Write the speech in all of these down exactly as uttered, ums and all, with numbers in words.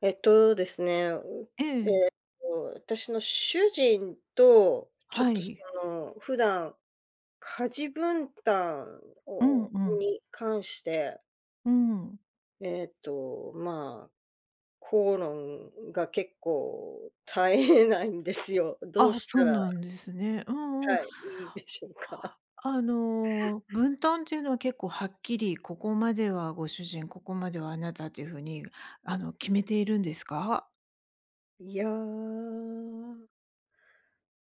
えっとですね、うええ、私の主人と、ちょはっとそい。の、普段、家事分担うんうをん。に関して、うん。えっと、まあ、口論が結構絶えないんですよ。どうあ、しそたうら、なんですね。うんうん。はい、いいでしょうか？あの、分担っていうのは結構はっきり、ここまではご主人、ここまではあなたっていう風に、あの、決めているんですか？いやー、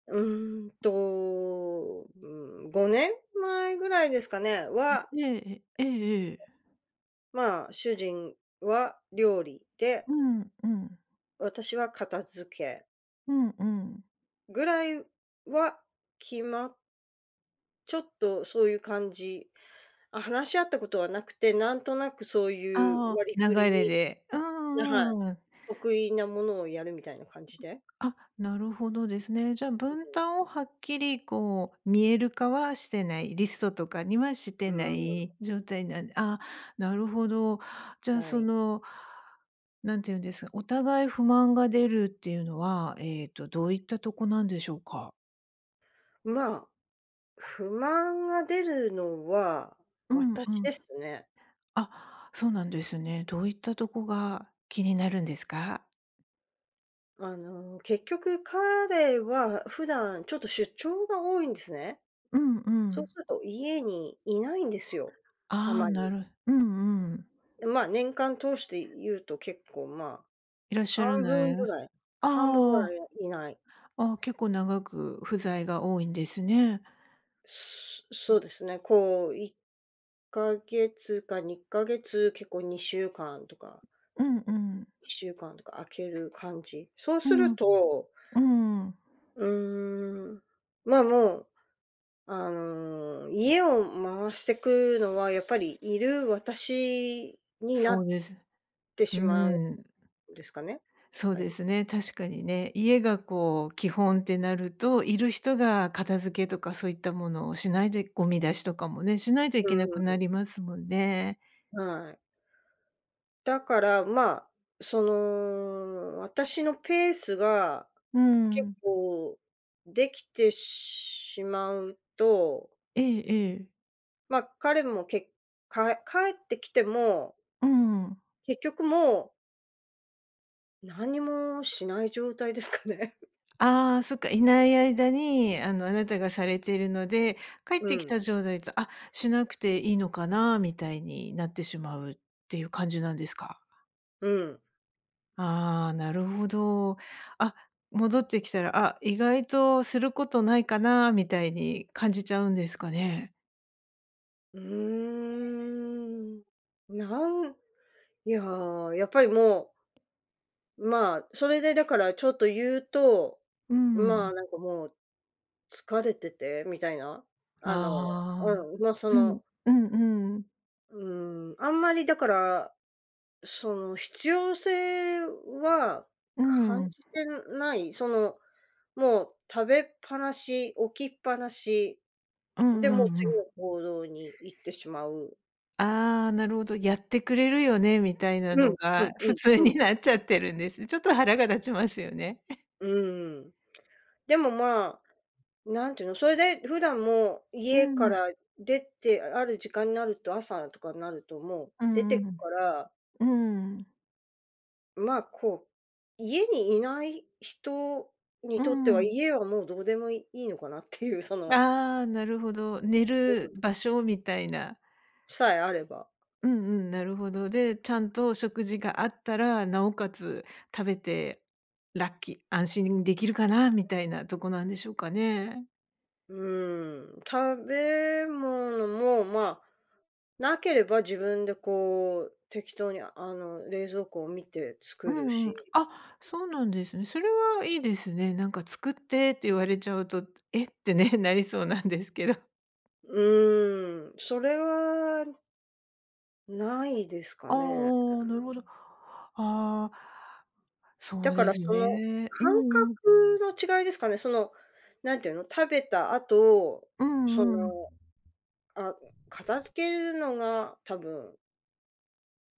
うーんと、うん、ごねんまえぐらいですかね、は、ええ、ええええ。まあ、主人は料理でうんうん。私は片付けうんうん。ぐらいは決まっちょっとそういう感じ、あ、話し合ったことはなくて、なんとなくそうあいうあ、割り流振りれに、で。うはんい、うんうん。得意なものをやるみたいな感じで。あ、なるほどですね。じゃあ、分担をはっきりこう見える化はしてない、リストとかにはしうてなん、うん、い状態なんであ、なるほど。じゃあ、はそい。の、なんていうんですか、お互い不満が出るっていうのは、えっと、どういったとこなんでしょうか？まあ、不満が出るのはうんう私でん。すね。あ、そうなんですね。どういったとこが気になるんですか？あの、結局彼は普段ちょっと出張が多いんですね。うんうそうん。すると家にいないんですよ、あああ、まなり。るうんうん。まあ、年間通して言うと結構、まあ、いらっし半ゃらな分い。ぐあらい半分ぐあ。らいいない。ああ、結構長く不在が多いんですね。そそうですね、こういっかげつかにかげつ、結構にしゅうかんとかうんうん。いっしゅうかんとか空ける感じ。そううするん。と、うん。うーん、まあ、もう、あの、家を回してくのはやっぱりいる私になそうっです。てうしまうん。んですかね。そうはでい。すね、確かにね。家がこう基本ってなると、いる人が片付けとかそういったものをしないとゴミ出しとかもね、しないといけなくなりますもんね。うん、はい。だから、まあ、その、私のペースがう結ん。構できてしまうと、ええええ。まあ、彼もけか帰ってきても、うん。結局もう何もしない状態ですかね。ああ、そっか、いない間に、あの、あなたがされているので、帰 っうてきん、た状態と、あ、しなくていいのかなみたいになってしまうっていう感じなんですか？うん。ああ、なるほど。あ、戻ってきたら、あ、意外とすることないかなみたいに感じちゃうんですかね。うーん。なんいやー、やっぱりもう、まあ、それでだからちょっと言うと、うまあ、ん。なんかもう疲れててみたいな、あの、うああ。ん、もうそうん。の、うんうん。うん、あんまりだから、その必要性はう感ん。じてない、その、もう食べっぱなし、置きっぱなし、うで、んもううん次うのん。行動に行ってしまう。ああ、なるほど。やってくれるよね、みたいなうん、うんのが普通うんうにん。なっちゃってるんですね。ちょっと腹が立ちますよね。うん。でもまあ、なんていうの、それで普段もう家ん、かうんら出て、ある時間になると、朝とかになるともうう出んてくうん。からうん、まあ、こう、家にいない人にうとっては、ん。家はもうどうでもいいのかなっていう、その、ああ、なるほど。寝うるん。場所みたいな。さえあれば。うんうん、なるほど。で、ちゃんと食事があったら、なおかつ食べてラッキー安心できるかなみたいなとこなんでしょうかね。うん、食べ物も、まあ、なければ自分でこう、適当に、あの、冷蔵庫を見てう作るんうん。し。あ、そうなんですね。それはいいですね。なんか「作って」って言われちゃうと、「えっ？」てね、なりそうなんですけど。うん、それはないですかあね。あなるほど。ああ、そだうかでらすその、ね。う感んうん。覚の違いですかね。その、なんていうの、食べた後、うそんうん。のあ、片付けるのが多分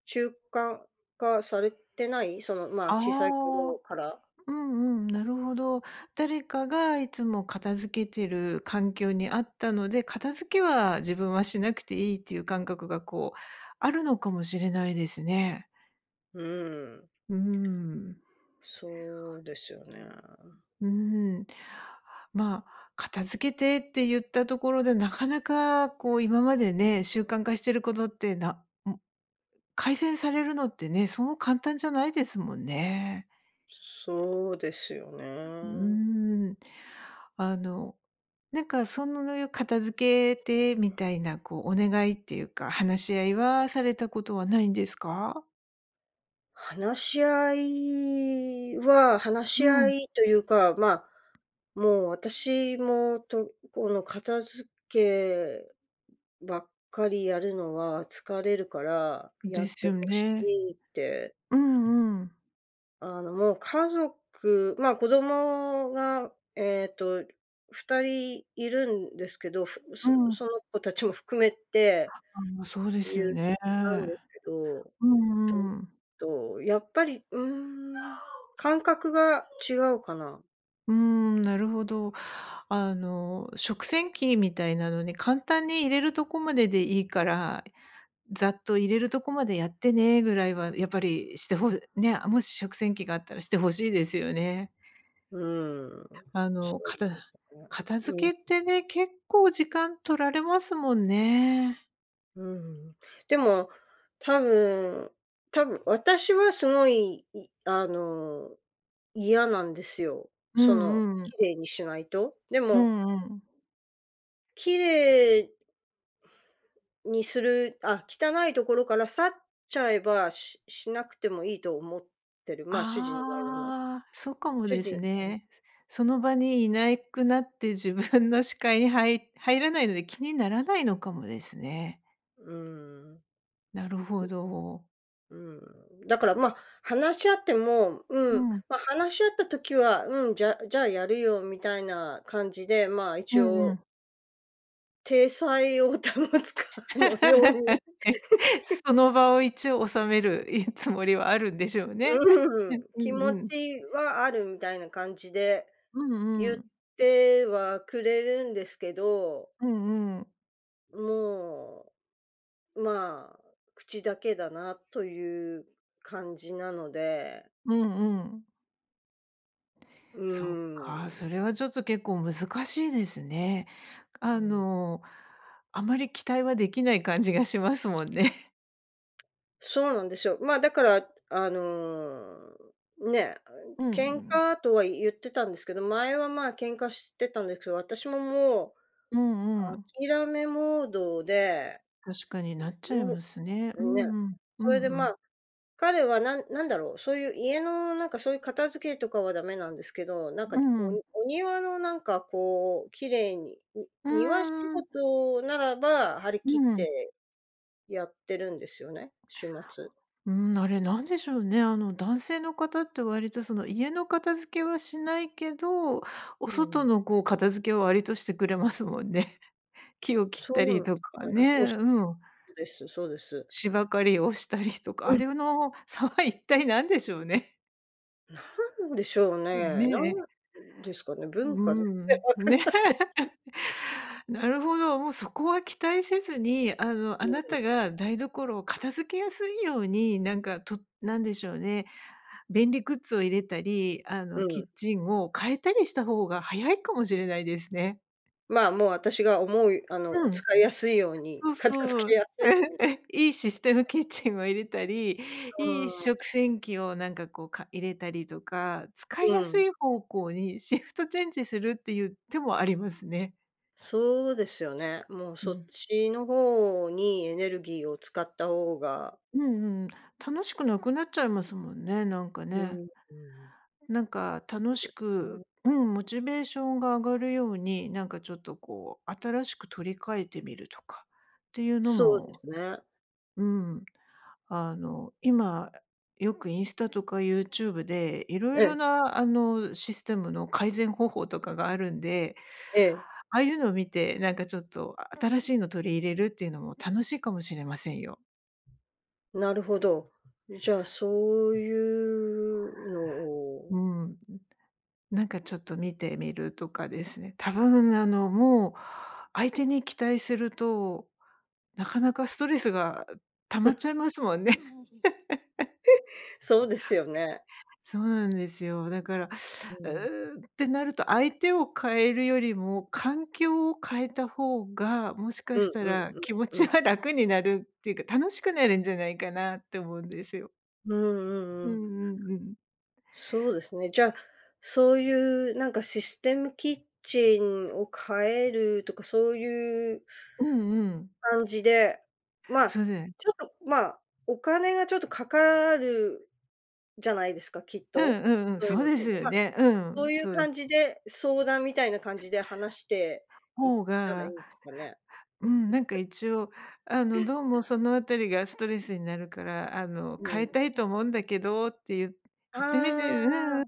習慣化されてない、その、まあ、小さいあ頃あ、から。うんうん、なるほど。誰かがいつも片付けてる環境にあったので、片付けは自分はしなくていいっていう感覚がこう、あるのかもしれないですね。うん、うーん。そうですよね。うーん。まあ、片付けてって言ったところで、なかなかこう今までね、習慣化してることって、なん、改善されるのってね、そう簡単じゃないですもんね。そうですようね。ーん。あの、なんかその片付けてみたいなこうお願いっていうか、話し合いはされたことはないんですか？話し合いは、話うし合ん、いというか、まあ、もう私もと、この片付けばっかりやるのは疲れるから、やでっすてよほしね。いって。うんうん。あの、もう家族、まあ子供が、えっと、ふたりいるんですけど、ふうそん。その子たちも含めてああ、そうです言よっね。たんですけど、うちょっんうん。と、やっぱり、うーん、感覚が違うかな。うーん、なるほど。あの、食洗機みたいなのに簡単に入れるとこまででいいから、ざっと入れるとこまでやってねぐらいはやっぱりしてほね、もし食洗機があったらしてほしいですよね。うーん。あその、かうですたね。片うん、付けってね、結構時間取られますもんね。うん。でも、多分多分、私はすごい、いあの、嫌なんですよ。うその、んうん。綺麗にしないと。でうも、んうん。綺麗にするあ、汚いところから去っちゃえば、ししなくてもいいと思ってる。まあ、主人の場合はね。ああ、そうかも主で人すね。その場にいなくなって自分の視界に入 入らないので気にならないのかもですね。うん。なるほど。うん。だから、ま、話し合っても、ううん、ん、まあ、話し合った時は、うん、じゃじゃあやるよみたいな感じで、まあ、一うんう応ん。体裁を保つかのように、え、その場を一応収めるいつもりはあるんでしょうね。う ん、う気んう持ん。ちはあるみたいな感じでうんう言っん。てはくれるんですけど、うんうん。もう、まあ、口だけだなという感じなので、うんうん。うそっか、ん、それはちょっと結構難しいですね。うあん。の、あまり期待はできない感じがしますもんね。そうなんですよ。ま、あだから、あの、ね、うんう喧ん。嘩とは言ってたんですけど、前は、まあ、喧嘩してたんですけど、私ももううんうん。諦めモードで、確かになっちゃいもますね。ううね、んうん。うそれで、んうまん。あ、彼はなんなんだろう、そういう家のなんかそういう片付けとかはダメなんですけど、なんかうこん。う、お庭のなんかこう、綺麗に、にう庭仕ーん。事ならば張りう切っん。てやってるんですよね、週末。うん、あれなんでしょうね。あの、男性の方って割とその家の片付けはしないけど、おう外ん。のこう片付けは割としてくれますもんね。木を切っそう、たうんうりん、とかね、うん、そうん。うですそうです。芝刈りをしたりとか、うあん、れの差は一体何でしょうね。なんでしょう ね。なねんえ。ですかね、う文化ですね、ん。わからね。ない。なるほど、もうそこは期待せずに、あの、あなたが台所を片付けやすいように、なんか、となんでしょうね、便利グッズを入れたり、あうの、キん。ッチンを変えたりした方が早いかもしれないですね。まあ、もう私が思う、あの、うん、使いやすいように、そう片付そう。けやすい、 ええ、いいシステムキッチンを入れたり、いいう食洗機をなんかこう、か入れたりとか、使ん、いやうすん。い方向にシフトチェンジするっていう手もありますね。そうですよね。もううそん。っちの方にエネルギーを使った方が、うんうん、楽しくなくなっちゃいますもんね、なんかうね。ん、うん。なんかそ楽うしですね。く、うん、モチベーションが上がるように、なんかちょっとこう新しく取り替えてみるとかっていうのそうでも、すね。うん、あの今よくインスタとか ユーチューブ でいろいえろえ、なあのシステムの改善方法とかがあるんで、ええ、ああいうのを見てなんかちょっと新しいの取り入れるっていうのも楽しいかもしれませんよ。なるほど。じゃあ、そういうのを、うん。なんかちょっと見てみるとかですね。多分あの、もう相手に期待すると、なかなかストレスが溜まっちゃいますもんね。そうですよね。そうなんですよ。だから、ううん。ーん、ってなると、相手を変えるよりも、環境を変えた方が、もしかうしんたうんらうん気持うちん。は楽になるっていうか、楽しくなるんじゃないかなって思うんですよ。うんううんうんん。うんうん。そうですね。じゃあ、そういうなんかシステムキッチンを変えるとか、そういううんうん。感じで、まそうあ、でちょっと、まあ、お金がちょっとかかるじゃないですか、きっうと。んうんうん、そういうそのうっでて。すよまあ、ね。うそん、ういうそう。感じで、相談みたいな感じで話していっ方たらいいがんですかね？うん、なんか一応、あの、どうもそのあたりがストレスになるから、あの、う変えん。たいと思うんだけどって言うあ言ってみてうんん。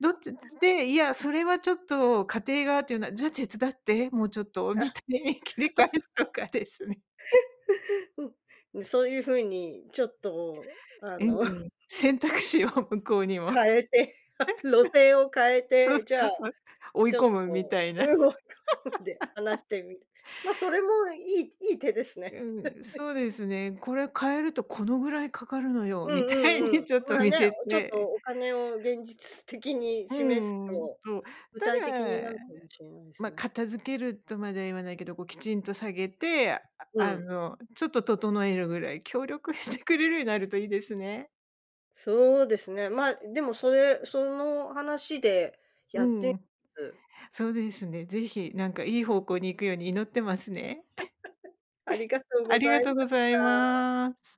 どっちで、いや、それはちょっと家庭がっていうのは、じゃあ手伝って、もうちょっとあ。みたいに 切り替えるとかですね。うん、そういう風にちょっとあ うの、ん。選択肢を向こうにも。変えて、路線を変えそうて、じゃそあ、うそう。追いちょっ込むみと、たいな。う ん、で話してみる。まあ、それもいいいい手ですね。うん、そうですね。これ変えるとこのぐらいかかるのようみんたいうんうにん。ちょっまとあ見ね、せちょっとて。お金を現実的に う示すん、と、と、具体た的になだるかもしれないでますあ、ね。片付けるとまでは言わないけど、こうきちんと下げて、あうあん。の、ちょっと整えるぐらい協力してくれるようになるといいですね。そうですね。ま、あでもそれその話でうやってみまん、す。そうですね。ぜひなんかいい方向に行くように祈ってますね。ありがとうあごりざがいとうましございた。ます。